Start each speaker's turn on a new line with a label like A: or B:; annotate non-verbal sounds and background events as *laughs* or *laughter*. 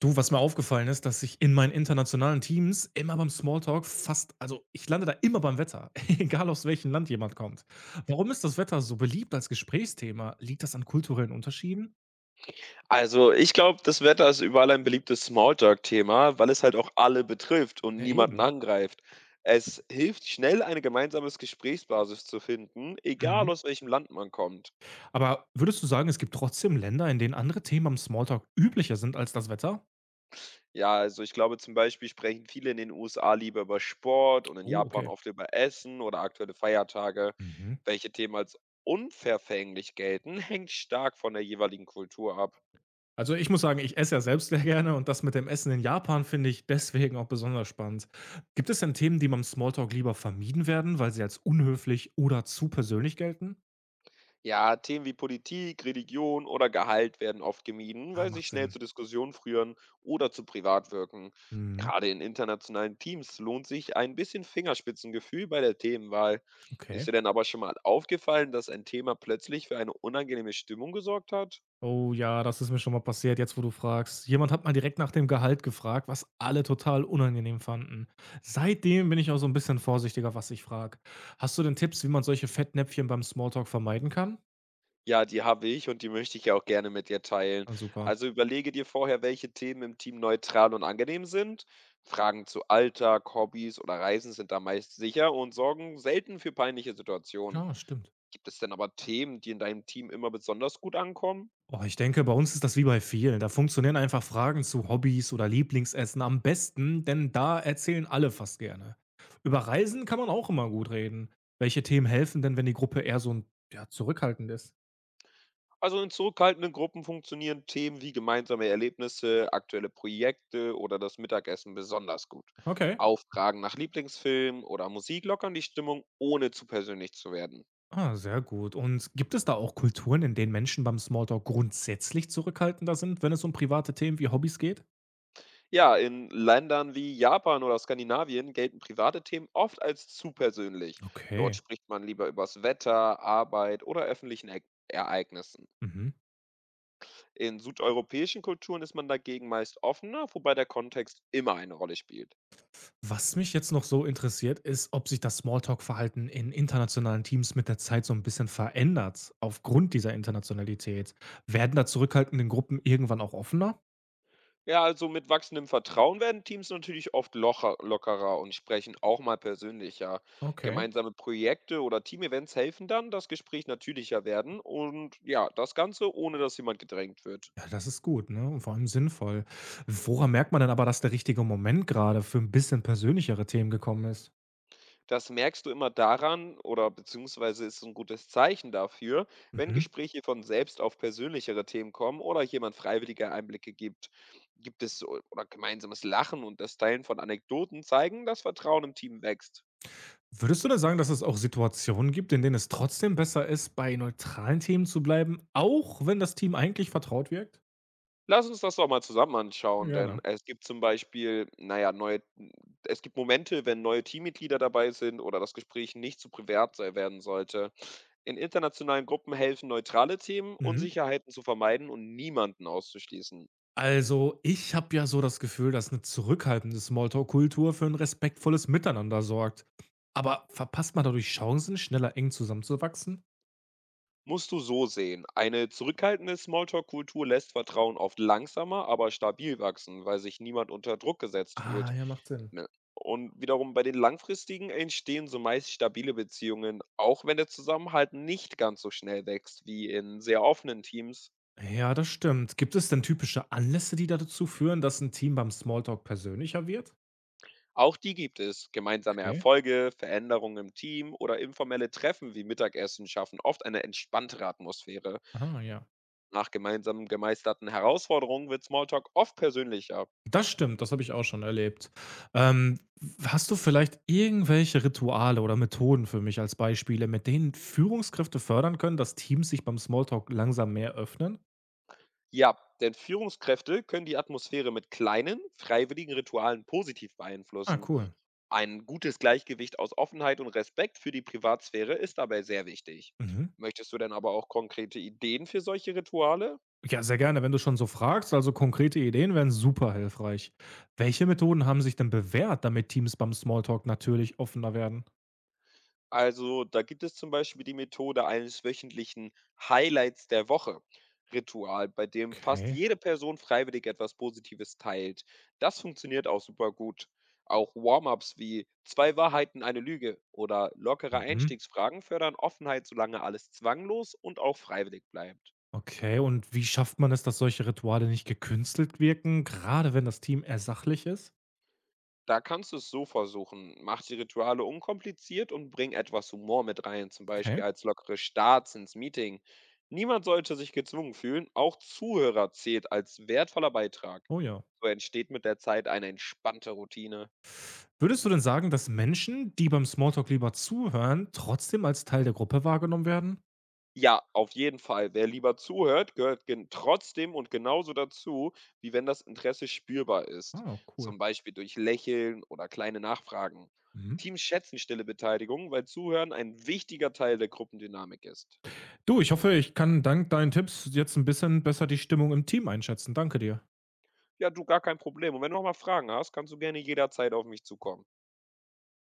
A: Du, was mir aufgefallen ist, dass ich in meinen internationalen Teams immer beim Smalltalk fast ich lande da immer beim Wetter, *laughs* egal aus welchem Land jemand kommt. Warum ist das Wetter so beliebt als Gesprächsthema? Liegt das an kulturellen Unterschieden?
B: Also, ich glaube, das Wetter ist überall ein beliebtes Smalltalk-Thema, weil es halt auch alle betrifft und
A: Ja,
B: niemanden
A: eben.
B: angreift. Es hilft schnell, eine gemeinsame Gesprächsbasis zu finden, egal
A: Mhm.
B: aus welchem Land man kommt.
A: Aber würdest du sagen, es gibt trotzdem Länder, in denen andere Themen am Smalltalk üblicher sind als das Wetter?
B: Ja, also ich glaube zum Beispiel sprechen viele in den USA lieber über Sport und in
A: Oh,
B: Japan
A: okay.
B: oft über Essen oder aktuelle Feiertage.
A: Mhm.
B: Welche Themen als unverfänglich gelten, *laughs* hängt stark von der jeweiligen Kultur ab.
A: Also, ich muss sagen, ich esse ja selbst sehr gerne und das mit dem Essen in Japan finde ich deswegen auch besonders spannend. Gibt es denn Themen, die beim Smalltalk lieber vermieden werden, weil sie als unhöflich oder zu persönlich gelten?
B: Ja, Themen wie Politik, Religion oder Gehalt werden oft gemieden,
A: Ah,
B: weil sie
A: macht
B: schnell zu
A: Sinn.
B: Diskussionen führen oder zu privat wirken.
A: Mhm,
B: Gerade in internationalen Teams lohnt sich ein bisschen Fingerspitzengefühl bei der Themenwahl. Ist
A: okay.
B: dir denn aber schon mal aufgefallen, dass ein Thema plötzlich für eine unangenehme Stimmung gesorgt hat?
A: Oh ja, das ist mir schon mal passiert, jetzt wo du fragst. Jemand hat mal direkt nach dem Gehalt gefragt, was alle total unangenehm fanden. Seitdem bin ich auch so ein bisschen vorsichtiger, was ich frage. Hast du denn Tipps, wie man solche Fettnäpfchen beim Smalltalk vermeiden kann?
B: Ja, die habe ich und die möchte ich ja auch gerne mit dir teilen.
A: Ah, super.
B: Also überlege dir vorher, welche Themen im Team neutral und angenehm sind. Fragen zu Alltag, Hobbys oder Reisen sind da meist sicher und sorgen selten für peinliche Situationen.
A: Ja, stimmt.
B: Gibt es denn aber Themen, die in deinem Team immer besonders gut ankommen?
A: Oh, ich denke, bei uns ist das wie bei vielen. Da funktionieren einfach Fragen zu Hobbys oder Lieblingsessen am besten, denn da erzählen alle fast gerne. Über Reisen kann man auch immer gut reden. Welche Themen helfen denn, wenn die Gruppe eher so ein, ja, zurückhaltend ist?
B: Also in zurückhaltenden Gruppen funktionieren Themen wie gemeinsame Erlebnisse, aktuelle Projekte oder das Mittagessen besonders gut.
A: Okay.
B: Auch Fragen nach Lieblingsfilmen oder Musik lockern die Stimmung, ohne zu persönlich zu werden.
A: Ah, sehr gut. Und gibt es da auch Kulturen, in denen Menschen beim Smalltalk grundsätzlich zurückhaltender sind, wenn es um private Themen wie Hobbys geht?
B: Ja, in Ländern wie Japan oder Skandinavien gelten private Themen oft als zu persönlich. Dort
A: Okay.
B: spricht man lieber übers Wetter, Arbeit oder öffentlichen Ereignissen.
A: Mhm.
B: In südeuropäischen Kulturen ist man dagegen meist offener, wobei der Kontext immer eine Rolle spielt.
A: Was mich jetzt noch so interessiert, ist, ob sich das Smalltalk-Verhalten in internationalen Teams mit der Zeit so ein bisschen verändert aufgrund dieser Internationalität. Werden da zurückhaltenden Gruppen irgendwann auch offener?
B: Ja, also mit wachsendem Vertrauen werden Teams natürlich oft lockerer und sprechen auch mal persönlicher.
A: Okay.
B: Gemeinsame Projekte oder Teamevents helfen dann, dass Gespräche natürlicher werden und ja, das Ganze ohne, dass jemand gedrängt wird.
A: Ja, das ist gut, ne, und vor allem sinnvoll. Woran merkt man denn aber, dass der richtige Moment gerade für ein bisschen persönlichere Themen gekommen ist?
B: Das merkst du immer daran oder beziehungsweise ist so ein gutes Zeichen dafür, wenn
A: Mhm.
B: Gespräche von selbst auf persönlichere Themen kommen oder jemand freiwillige Einblicke gibt. Gibt es o oder gemeinsames Lachen und das Teilen von Anekdoten zeigen, dass Vertrauen im Team wächst.
A: Würdest du denn sagen, dass es auch Situationen gibt, in denen es trotzdem besser ist, bei neutralen Themen zu bleiben, auch wenn das Team eigentlich vertraut wirkt?
B: Lass uns das doch mal zusammen anschauen, denn
A: Gerne.
B: es gibt zum Beispiel, na ja, neue es gibt Momente, wenn neue Teammitglieder dabei sind oder das Gespräch nicht zu privat sei werden sollte. In internationalen Gruppen helfen neutrale Themen,
A: Mhm.
B: Unsicherheiten zu vermeiden und niemanden auszuschließen.
A: Also, ich habe ja so das Gefühl, dass eine zurückhaltende Smalltalk-Kultur für ein respektvolles Miteinander sorgt. Aber verpasst man dadurch Chancen, schneller eng zusammenzuwachsen?
B: Musst du so sehen. Eine zurückhaltende Smalltalk-Kultur lässt Vertrauen oft langsamer, aber stabil wachsen, weil sich niemand unter Druck gesetzt fühlt.
A: Ah, ja, macht Sinn.
B: Ne? Und wiederum bei den langfristigen entstehen so meist stabile Beziehungen, auch wenn der Zusammenhalt nicht ganz so schnell wächst wie in sehr offenen Teams.
A: Ja, das stimmt. Gibt es denn typische Anlässe, die dazu führen, dass ein Team beim Smalltalk persönlicher wird?
B: Auch die gibt es. Gemeinsame
A: Okay.
B: Erfolge, Veränderungen im Team oder informelle Treffen wie Mittagessen schaffen oft eine entspanntere Atmosphäre.
A: Ah, ja.
B: Nach gemeinsamen gemeisterten Herausforderungen wird Smalltalk oft persönlicher.
A: Das stimmt, das habe ich auch schon erlebt. Ähm, hast du vielleicht irgendwelche Rituale oder Methoden für mich als Beispiele, mit denen Führungskräfte fördern können, dass Teams sich beim Smalltalk langsam mehr öffnen?
B: Ja, denn Führungskräfte können die Atmosphäre mit kleinen, freiwilligen Ritualen positiv
A: Ah,
B: beeinflussen.
A: cool.
B: Ein gutes Gleichgewicht aus Offenheit und Respekt für die Privatsphäre ist dabei sehr wichtig.
A: Mhm.
B: Möchtest du denn aber auch konkrete Ideen für solche Rituale?
A: Ja, sehr gerne, wenn du schon so fragst. Also konkrete Ideen wären super hilfreich. Welche Methoden haben sich denn bewährt, damit Teams beim Smalltalk natürlich offener werden?
B: Also, da gibt es zum Beispiel die Methode eines wöchentlichen Highlights der Woche. Ritual, bei dem fast
A: Okay.
B: jede Person freiwillig etwas Positives teilt. Das funktioniert auch super gut. Auch Warm-ups wie zwei Wahrheiten, eine Lüge oder lockere
A: Mhm.
B: Einstiegsfragen fördern Offenheit, solange alles zwanglos und auch freiwillig bleibt.
A: Okay, und wie schafft man es, dass solche Rituale nicht gekünstelt wirken, gerade wenn das Team eher sachlich ist?
B: Da kannst du es so versuchen. Mach die Rituale unkompliziert und bring etwas Humor mit rein, zum Beispiel
A: Okay.
B: als lockere Starts ins Meeting. Niemand sollte sich gezwungen fühlen, auch Zuhörer zählt als wertvoller Beitrag.
A: Oh ja.
B: So entsteht mit der Zeit eine entspannte Routine.
A: Würdest du denn sagen, dass Menschen, die beim Smalltalk lieber zuhören, trotzdem als Teil der Gruppe wahrgenommen werden?
B: Ja, auf jeden Fall. Wer lieber zuhört, gehört gen trotzdem und genauso dazu, wie wenn das Interesse spürbar ist,
A: Ah, cool.
B: zum Beispiel durch Lächeln oder kleine Nachfragen.
A: Mhm.
B: Teams schätzen stille Beteiligung, weil Zuhören ein wichtiger Teil der Gruppendynamik ist.
A: Du, ich hoffe, ich kann dank deinen Tipps jetzt ein bisschen besser die Stimmung im Team einschätzen. Danke dir.
B: Ja, du, gar kein Problem. Und wenn du noch mal Fragen hast, kannst du gerne jederzeit auf mich zukommen.